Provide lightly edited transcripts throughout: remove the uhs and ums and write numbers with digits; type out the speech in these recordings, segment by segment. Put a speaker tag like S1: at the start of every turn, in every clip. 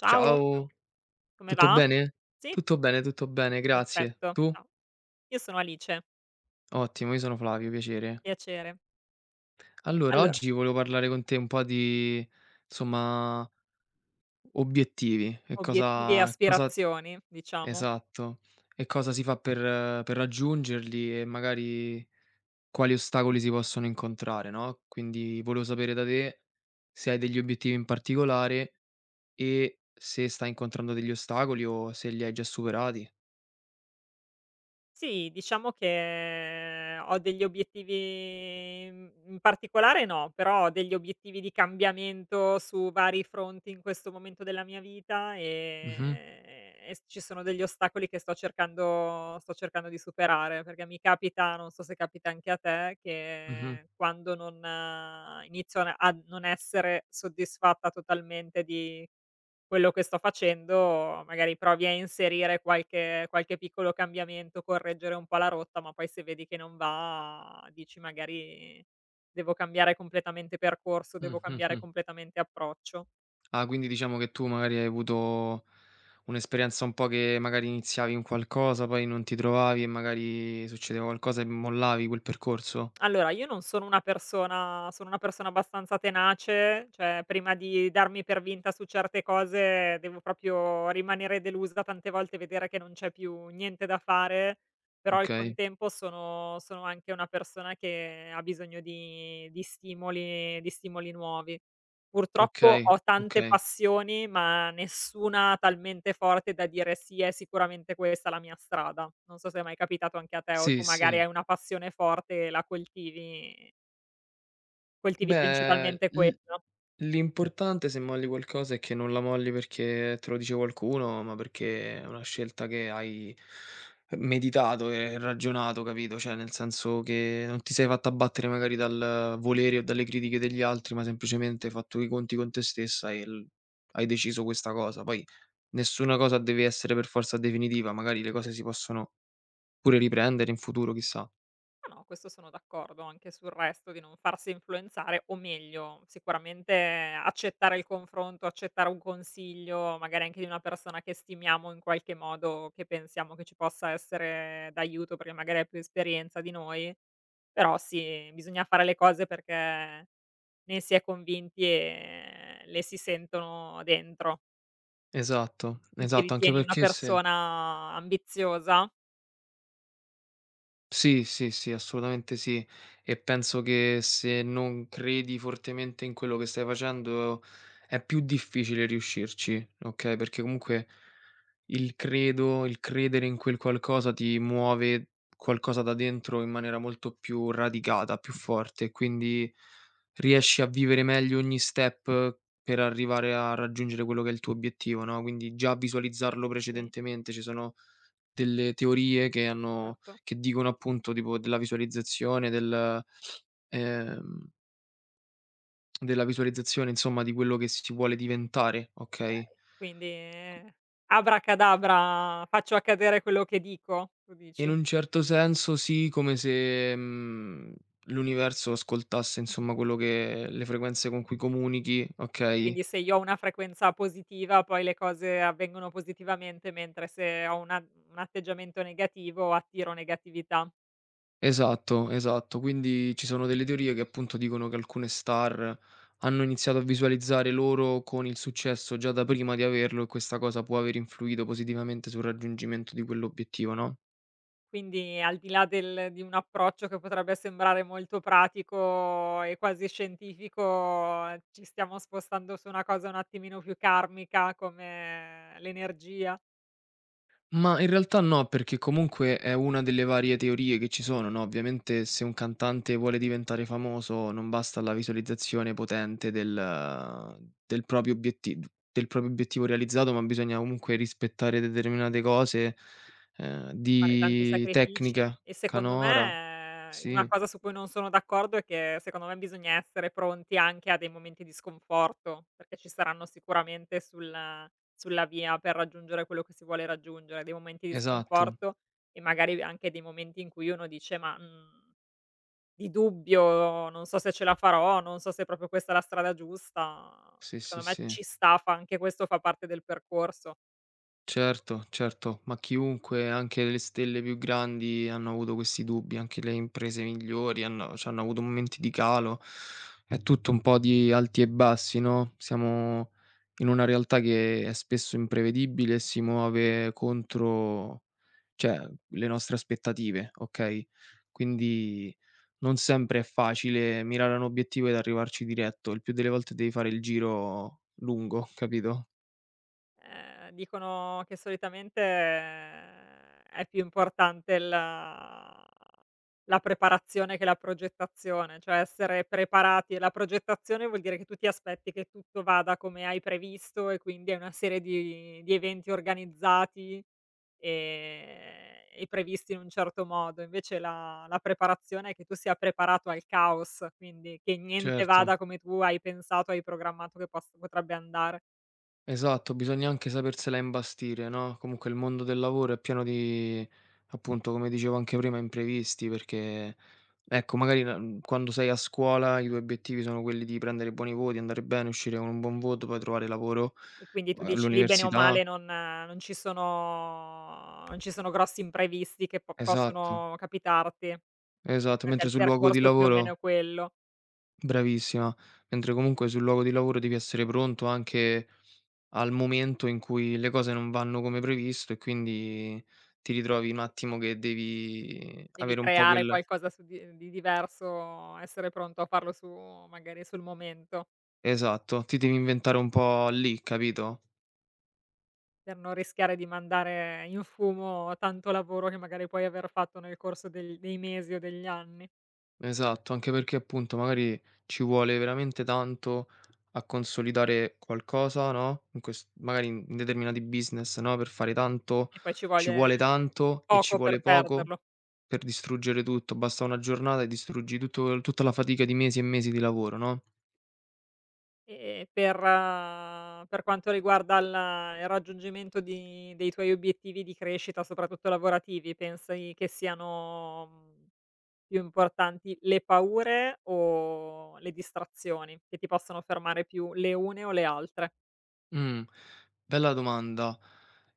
S1: Ciao,
S2: Ciao,
S1: come
S2: tutto
S1: va?
S2: bene?
S1: Sì?
S2: Tutto bene, tutto bene, grazie.
S1: Perfetto.
S2: Tu?
S1: Ciao, io sono Alice,
S2: Ottimo, io sono Flavio, piacere.
S1: piacere.
S2: Allora,
S1: Allora,
S2: oggi volevo parlare con te un po' di, insomma, obiettivi e
S1: obiettivi e
S2: cosa cosa
S1: aspirazioni, diciamo.
S2: esatto, e cosa si fa per raggiungerli e magari quali ostacoli si possono incontrare, no. Quindi volevo sapere da te se hai degli obiettivi in particolare e se stai incontrando degli ostacoli o se li hai già superati.
S1: Sì, diciamo che ho degli obiettivi in particolare no, però ho degli obiettivi di cambiamento su vari fronti in questo momento della mia vita,
S2: Mh-mh.
S1: e s ci sono degli ostacoli che sto cercando di superare, perché mi capita, non so se capita anche a te,
S2: Mh-mh.
S1: che quando non inizio a n a non essere soddisfatta totalmente di quello che sto facendo, magari provi a inserire qualche piccolo cambiamento, correggere un po' la rotta, ma poi se vedi che non va dici magari: "Devo cambiare completamente percorso,
S2: Mh,
S1: devo
S2: mh,
S1: cambiare
S2: mh.
S1: completamente approccio".
S2: Ah, quindi diciamo che tu magari hai avuto un'esperienza un po' che magari iniziavi un qualcosa, poi non ti trovavi e magari succedeva qualcosa e mollavi quel percorso?
S1: Allora, io non sono una persona sono una persona abbastanza tenace, cioè prima di darmi per vinta su certe cose devo proprio rimanere delusa tante volte e vedere che non c'è più niente da fare, però al
S2: Okay,
S1: contempo sono anche una persona che ha bisogno di stimoli nuovi. Purtroppo
S2: okay,
S1: ho tante
S2: okay.
S1: passioni, ma nessuna talmente forte da dire: "Sì, è sicuramente questa la mia strada." Non so se è mai capitato anche a te o tu
S2: Sì,
S1: magari
S2: sì.
S1: hai una passione forte e la coltivi coltivi
S2: Beh,
S1: principalmente quella.
S2: l'importante se molli qualcosa è che non la molli perché te lo dice qualcuno, ma perché è una scelta che hai meditato e ragionato, capito? Cioè, nel senso che non ti sei fatta abbattere magari dal volere o dalle critiche degli altri, ma semplicemente hai fatto i conti con te stessa e hai deciso questa cosa. Poi nessuna cosa deve essere per forza definitiva, magari le cose si possono pure riprendere in futuro, chissà.
S1: No, no, questo sono d'accordo, anche sul resto di non farsi influenzare o meglio, sicuramente accettare il confronto, accettare un consiglio, magari anche di una persona che stimiamo in qualche modo, che pensiamo che ci possa essere d'aiuto perché magari ha più esperienza di noi. Però sì, bisogna fare le cose perché ne si è convinti e le si sentono dentro.
S2: Esatto,
S1: Tu ti
S2: esatto, anche
S1: ritieni una
S2: perché se.
S1: persona ambiziosa?
S2: Sì, sì, sì, assolutamente sì. E penso che se non credi fortemente in quello che stai facendo è più difficile riuscirci, okay, perché comunque il credo, il credere in quel qualcosa ti muove qualcosa da dentro in maniera molto più radicata, più forte, quindi riesci a vivere meglio ogni step per arrivare a raggiungere quello che è il tuo obiettivo, no. Quindi già visualizzarlo
S1: Sì,
S2: precedentemente, ci sono delle teorie
S1: certo,
S2: che dicono appunto tipo della visualizzazione, ehm, della visualizzazione insomma di quello che si vuole diventare, okay,
S1: okay. Quindi abracadabra, faccio accadere quello che dico, tu
S2: in
S1: dici.
S2: un certo senso sì, come se, l'universo ascoltasse insomma quello che le frequenze con cui comunichi, okay.
S1: Quindi se io ho una frequenza positiva poi le cose avvengono positivamente, mentre se ho una un atteggiamento negativo attiro negatività.
S2: Esatto, esatto. Quindi ci sono delle teorie che appunto dicono che alcune star hanno iniziato a visualizzare loro con il successo già da prima di averlo e questa cosa può aver influito positivamente sul raggiungimento di quell'obiettivo, no?
S1: Quindi al di là del di un approccio che potrebbe sembrare molto pratico e quasi scientifico, ci stiamo spostando su una cosa un attimino più karmica come l'energia,
S2: Ma in realtà no, perché comunque è una delle varie teorie che ci sono, no. Ovviamente se un cantante vuole diventare famoso non basta la visualizzazione potente del proprio obieti del proprio obiettivo realizzato, ma bisogna comunque rispettare determinate cose,
S1: fare tanti
S2: di
S1: sacrifici
S2: tecnica
S1: e secondo
S2: canora.
S1: me una
S2: Sì,
S1: cosa su cui non sono d'accordo è che secondo me bisogna essere pronti anche a dei momenti di sconforto, perché ci saranno sicuramente sulla via per raggiungere quello che si vuole raggiungere, dei momenti di
S2: esatto.
S1: sconforto e magari anche dei momenti in cui uno dice: "Ma, mhmm" Di dubbio, non so se ce la farò, non so se proprio questa è la strada giusta.
S2: Sì, sì,
S1: Secondo me
S2: sì.
S1: ci sta, fa anche questo fa parte del percorso.
S2: Certo, certo, ma chiunque, anche le stelle più grandi hanno avuto questi dubbi, anche le imprese migliori hanno cioè hanno avuto momenti di calo. È tutto un po' di alti e bassi, no. Siamo in una realtà che è spesso imprevedibile e si muove contro, cioè, le nostre aspettative, okay. Quindi non sempre è facile mirare a un obiettivo ed arrivarci diretto, il più delle volte devi fare il giro lungo, capito?
S1: Dicono che solitamente è più importante la preparazione che la progettazione, cioè essere preparati e la progettazione vuol dire che tu ti aspetti che tutto vada come hai previsto e quindi è una serie di eventi organizzati e previsti in un certo modo. Invece la preparazione è che tu sia preparato al caos, quindi che niente
S2: Certo.
S1: vada come tu hai pensato, hai programmato che poss potrebbe andare.
S2: Esatto, bisogna anche sapersela imbastire, no. Comunque il mondo del lavoro è pieno di, appunto, come dicevo anche prima, imprevisti. Perché, ecco, magari quando sei a scuola i tuoi obiettivi sono quelli di prendere buoni voti, andare bene, uscire con un buon voto, poi trovare lavoro,
S1: E quindi tu dici: "Lì bene o male
S2: all'università,
S1: non ci sono grossi imprevisti che po
S2: esatto,
S1: possono capitarti,
S2: esatto,
S1: perché
S2: mentre
S1: il
S2: sul luogo di
S1: percorso più o meno
S2: lavoro,
S1: è quello.
S2: bravissima, mentre comunque sul luogo di lavoro devi essere pronto anche al momento in cui le cose non vanno come previsto e quindi ti ritrovi un attimo che devi
S1: Devi
S2: avere un po'
S1: creare
S2: quel.
S1: qualcosa su di diverso, essere pronto a farlo su magari sul momento."
S2: Esatto, ti devi inventare un po' lì, capito?
S1: Per non rischiare di mandare in fumo tanto lavoro che magari puoi aver fatto nel corso del dei mesi o degli anni
S2: Esatto, anche perché appunto magari ci vuole veramente tanto a consolidare qualcosa, no, in ques magari in determinati business, no, per fare tanto
S1: e poi ci
S2: ci
S1: vuole
S2: vuole tanto e ci
S1: poco per
S2: vuole poco
S1: perderlo.
S2: per distruggere tutto. Basta una giornata e distruggi tutto tutta la fatica di mesi e mesi di lavoro, no?
S1: E per quanto riguarda la il raggiungimento di dei tuoi obiettivi di crescita, soprattutto lavorativi, pensi che siano, più importanti le paure o le distrazioni, che ti possono fermare più le une o le altre?
S2: Mh, bella domanda.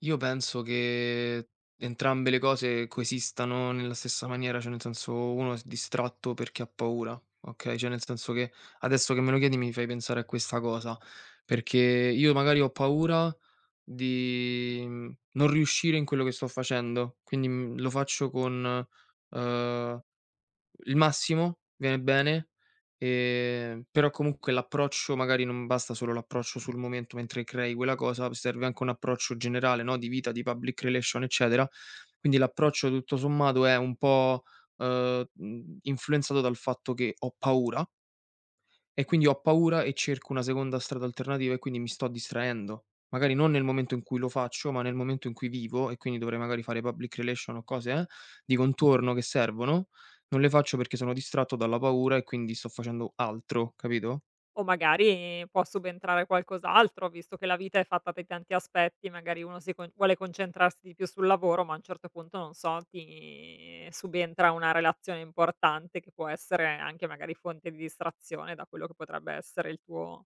S2: Io penso che entrambe le cose coesistano nella stessa maniera, cioè nel senso uno s distratto perché ha paura, okay, cioè nel senso che adesso che me lo chiedi mi fai pensare a questa cosa, perché io magari ho paura di, non riuscire in quello che sto facendo, quindi, lo faccio con, uhm il massimo viene bene, però comunque l'approccio magari non basta solo l'approccio sul momento mentre crei quella cosa, serve anche un approccio generale, no, di vita, di public relation, eccetera. Quindi l'approccio tutto sommato è un po', influenzato dal fatto che ho paura e quindi ho paura e cerco una seconda strada alternativa e quindi mi sto distraendo. Magari non nel momento in cui lo faccio, ma nel momento in cui vivo e quindi dovrei magari fare public relation o cose, di contorno che servono, non le faccio perché sono distratto dalla paura e quindi sto facendo altro, capito?
S1: O magari può subentrare qualcos'altro, visto che la vita è fatta di tanti aspetti, magari uno si con vuole concentrarsi di più sul lavoro, ma a un certo punto, non so, ti subentra una relazione importante che può essere anche magari fonte di distrazione da quello che potrebbe essere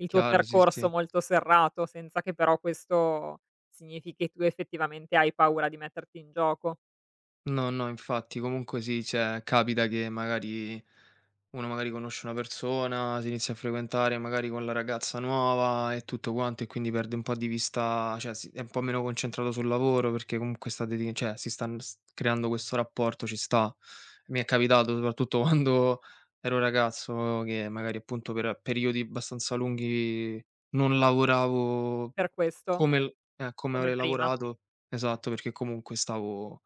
S1: il tuo
S2: Chiaro, sì,
S1: percorso
S2: sì.
S1: molto serrato, senza che però questo significhi che tu effettivamente hai paura di metterti in gioco.
S2: No, no, infatti, comunque sì, cioè capita che magari uno magari conosce una persona, si inizia a frequentare magari con la ragazza nuova e tutto quanto e quindi perde un po' di vista, cioè è un po' meno concentrato sul lavoro perché comunque cioè, si sta creando questo rapporto, ci sta. Mi è capitato soprattutto quando ero ragazzo che magari appunto per periodi abbastanza lunghi non lavoravo
S1: Per questo,
S2: come l come
S1: come
S2: avrei
S1: prima,
S2: lavorato, esatto, perché comunque stavo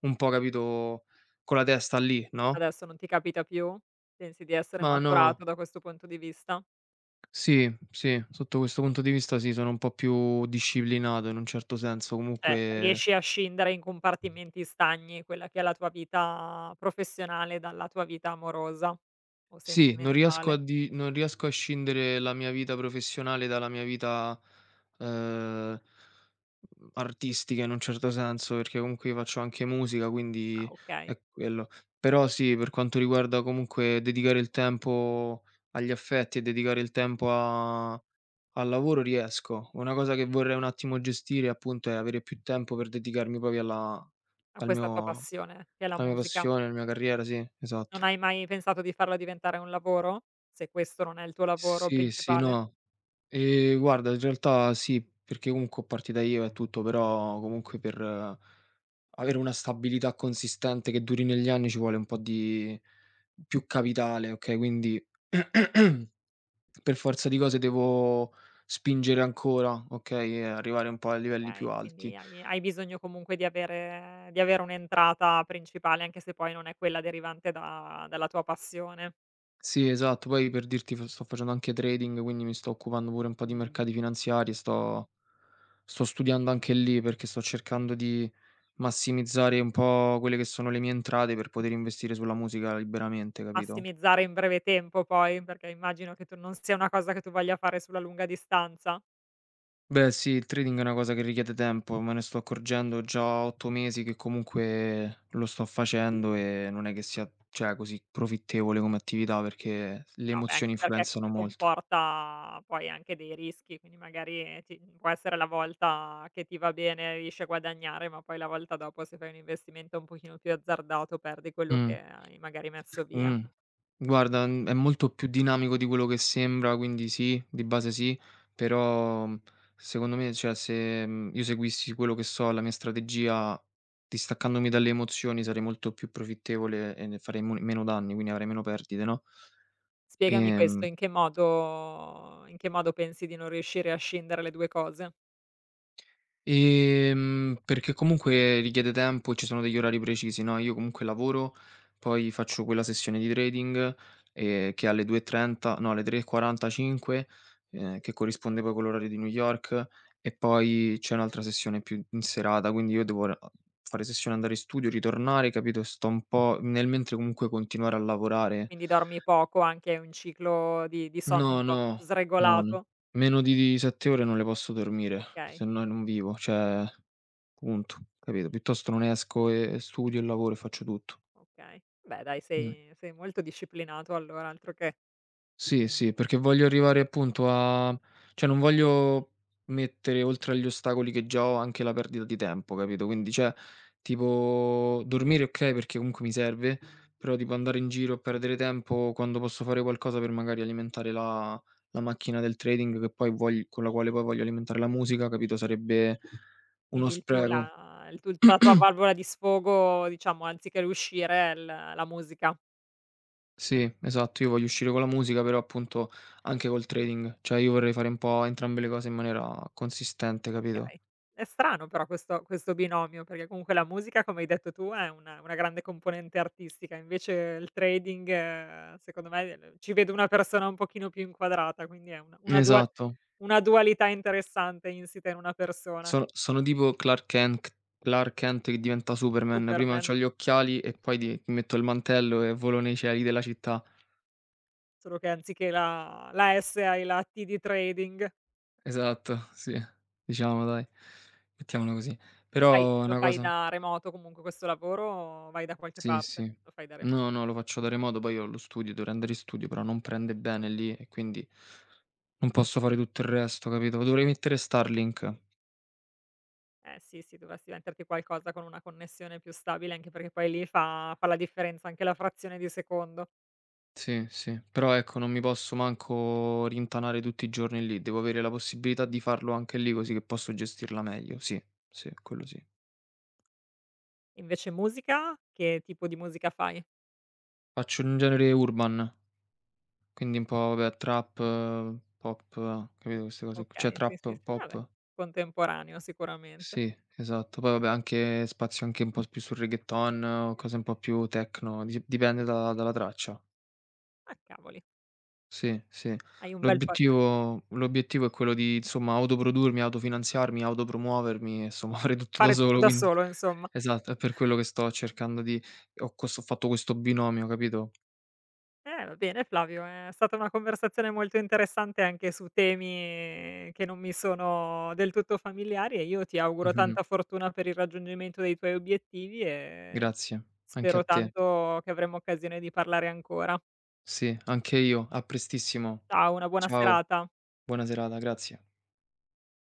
S2: un po', capito, con la testa lì, no.
S1: adesso non ti capita più? Pensi di essere
S2: Ma no,
S1: maturato da questo punto di vista?
S2: sì, sì, sotto questo punto di vista sì, sono un po' più disciplinato in un certo senso,
S1: Cioè,
S2: comunque
S1: riesci a scindere in compartimenti stagni quella che è la tua vita professionale dalla tua vita amorosa o
S2: sì,
S1: sentimentale.
S2: non riesco a scindere la mia vita professionale dalla mia vita, ehm mhmm, artistica in un certo senso, perché comunque io faccio anche musica,
S1: Ah,
S2: quindi è
S1: okay.
S2: quello. Però sì, per quanto riguarda comunque dedicare il tempo agli affetti e dedicare il tempo a al lavoro riesco. Una cosa che vorrei un attimo gestire appunto è avere più tempo per dedicarmi proprio alla
S1: A
S2: al
S1: questa tua
S2: mio
S1: passione che è la
S2: alla mia
S1: musica.
S2: passione, alla mia carriera, sì,
S1: Non
S2: esatto.
S1: hai mai pensato di farla diventare un lavoro? Se questo non è il tuo lavoro
S2: Sì, sì,
S1: principale?
S2: no. Guarda, in realtà sì, perché comunque ho partita IVA e tutto, però comunque per avere una stabilità consistente che duri negli anni ci vuole un po' di più capitale, okay, quindi per forza di cose devo spingere ancora, okay, e arrivare un po' a livelli più
S1: Okay,
S2: alti.
S1: quindi hai bisogno comunque di avere un'entrata principale, anche se poi non è quella derivante da dalla tua passione.
S2: Sì, esatto, poi per dirti f sto facendo anche trading, quindi mi sto occupando pure un po' di mercati finanziari, sto studiando anche lì perché sto cercando di massimizzare un po' quelle che sono le mie entrate per poter investire sulla musica liberamente, capito?
S1: Massimizzare in breve tempo poi, perché immagino che tu non sia una cosa che tu voglia fare sulla lunga distanza.
S2: Beh sì, il trading è una cosa che richiede tempo, me ne sto accorgendo già 8 mesi che comunque lo sto facendo e non è che sia, cioè, così profittevole come attività perché le
S1: No beh,
S2: emozioni
S1: anche perché
S2: influenzano molto.
S1: comporta poi anche dei rischi, quindi magari ti può essere la volta che ti va bene, riesci a guadagnare, ma poi la volta dopo se fai un investimento un pochino più azzardato perdi quello
S2: Mh,
S1: che hai magari messo via.
S2: mh. Guarda, è molto più dinamico di quello che sembra, quindi sì, di base sì, però, secondo me, cioè, se, io seguissi quello che so, la mia strategia, distaccandomi dalle emozioni sarei molto più profittevole e ne farei mon meno danni, quindi avrei meno perdite, no?
S1: Spiegami questo,
S2: Ehm,
S1: in che modo pensi di non riuscire a scindere le 2 cose?
S2: perché comunque richiede tempo e ci sono degli orari precisi, no, io comunque lavoro, poi faccio quella sessione di trading, che è alle 2:30, no, alle 3:45, che corrisponde poi con l'orario di New York, e poi c'è un'altra sessione più in serata, quindi io devo ora fare sessione, andare in studio, ritornare, capito, sto un po' nel mentre comunque continuare a lavorare.
S1: Quindi dormi poco, anche un ciclo di sonno un
S2: No,
S1: po'
S2: no, no, no.
S1: sregolato?
S2: Meno di 7 ore non le posso dormire,
S1: Okay.
S2: se no non vivo, cioè. Punto, capito? Piuttosto non esco e studio e lavoro e faccio tutto.
S1: Okay. Beh dai,
S2: Mh.
S1: sei molto disciplinato allora, altro che
S2: Sì, sì, perché voglio arrivare appunto a, cioè, non voglio mettere oltre agli ostacoli che già ho anche la perdita di tempo, capito? Quindi, cioè, tipo dormire okay, perché comunque mi serve, però tipo andare in giro a perdere tempo quando posso fare qualcosa per magari alimentare la macchina del trading che poi vogl con la quale poi voglio alimentare la musica, capito, sarebbe uno
S1: quindi il tuo
S2: spreco.
S1: la il tu il la tua valvola di sfogo, diciamo, anziché l'uscire è l la musica.
S2: Sì, esatto. Io voglio uscire con la musica, però appunto anche col trading. Cioè io vorrei fare un po' entrambe le cose in maniera consistente, capito?
S1: Okay. È strano però questo binomio, perché comunque la musica, come hai detto tu, è una grande componente artistica, invece il trading secondo me l ci vedo una persona un pochino più inquadrata, quindi è
S2: Esatto.
S1: una dualità interessante insita in una persona
S2: Sono
S1: che
S2: sono tipo Clark Kent che diventa Superman. Prima
S1: Superman.
S2: c'ho gli occhiali e poi di mi metto il mantello e volo nei cieli della città.
S1: Solo che anziché la S hai la T di trading.
S2: Esatto, sì, diciamo dai, mettiamola così. Però è
S1: Lo
S2: una
S1: fai
S2: cosa
S1: da remoto comunque questo lavoro, vai da qualche
S2: sì,
S1: parte,
S2: sì.
S1: lo fai da
S2: No,
S1: remoto.
S2: no, lo faccio da remoto, poi io ho lo studio, dovrei andare in studio, però non prende bene lì e quindi non posso fare tutto il resto, capito? Dovrei mettere Starlink.
S1: Eh sì, sì, dovresti metterti qualcosa con una connessione più stabile, anche perché poi lì fa la differenza anche la frazione di secondo.
S2: Sì, sì, però ecco non mi posso manco rintanare tutti i giorni lì, devo avere la possibilità di farlo anche lì così che posso gestirla meglio. Sì, sì, quello sì.
S1: Invece musica? Che tipo di musica fai?
S2: Faccio un genere urban, quindi un po' vabbè trap, pop, capito queste cose qui, cioè
S1: Okay, sì, sì,
S2: trap,
S1: sì, vabbè,
S2: pop.
S1: contemporaneo sicuramente.
S2: Sì, esatto. Poi vabbè anche spazio anche un po' più sul reggaeton o cose un po' più techno, di dipende da dalla traccia.
S1: Ah cavoli,
S2: Sì, sì.
S1: hai un bel po
S2: L'obiettivo è quello di, insomma, autoprodurmi, autofinanziarmi, autopromuovermi, insomma, fare tutto da
S1: fare tutto
S2: solo,
S1: da
S2: quindi
S1: solo insomma.
S2: esatto, è per quello che sto cercando di, ho fatto questo binomio, capito?
S1: Va bene Flavio, è stata una conversazione molto interessante anche su temi che non mi sono del tutto familiari e io ti auguro
S2: Mh-mh.
S1: tanta fortuna per il raggiungimento dei tuoi obiettivi e
S2: Grazie, anche a
S1: spero
S2: te.
S1: tanto che avremo occasione di parlare ancora.
S2: Sì, anche io. A prestissimo.
S1: Ciao, una buona
S2: Ciao,
S1: serata.
S2: buona serata, grazie.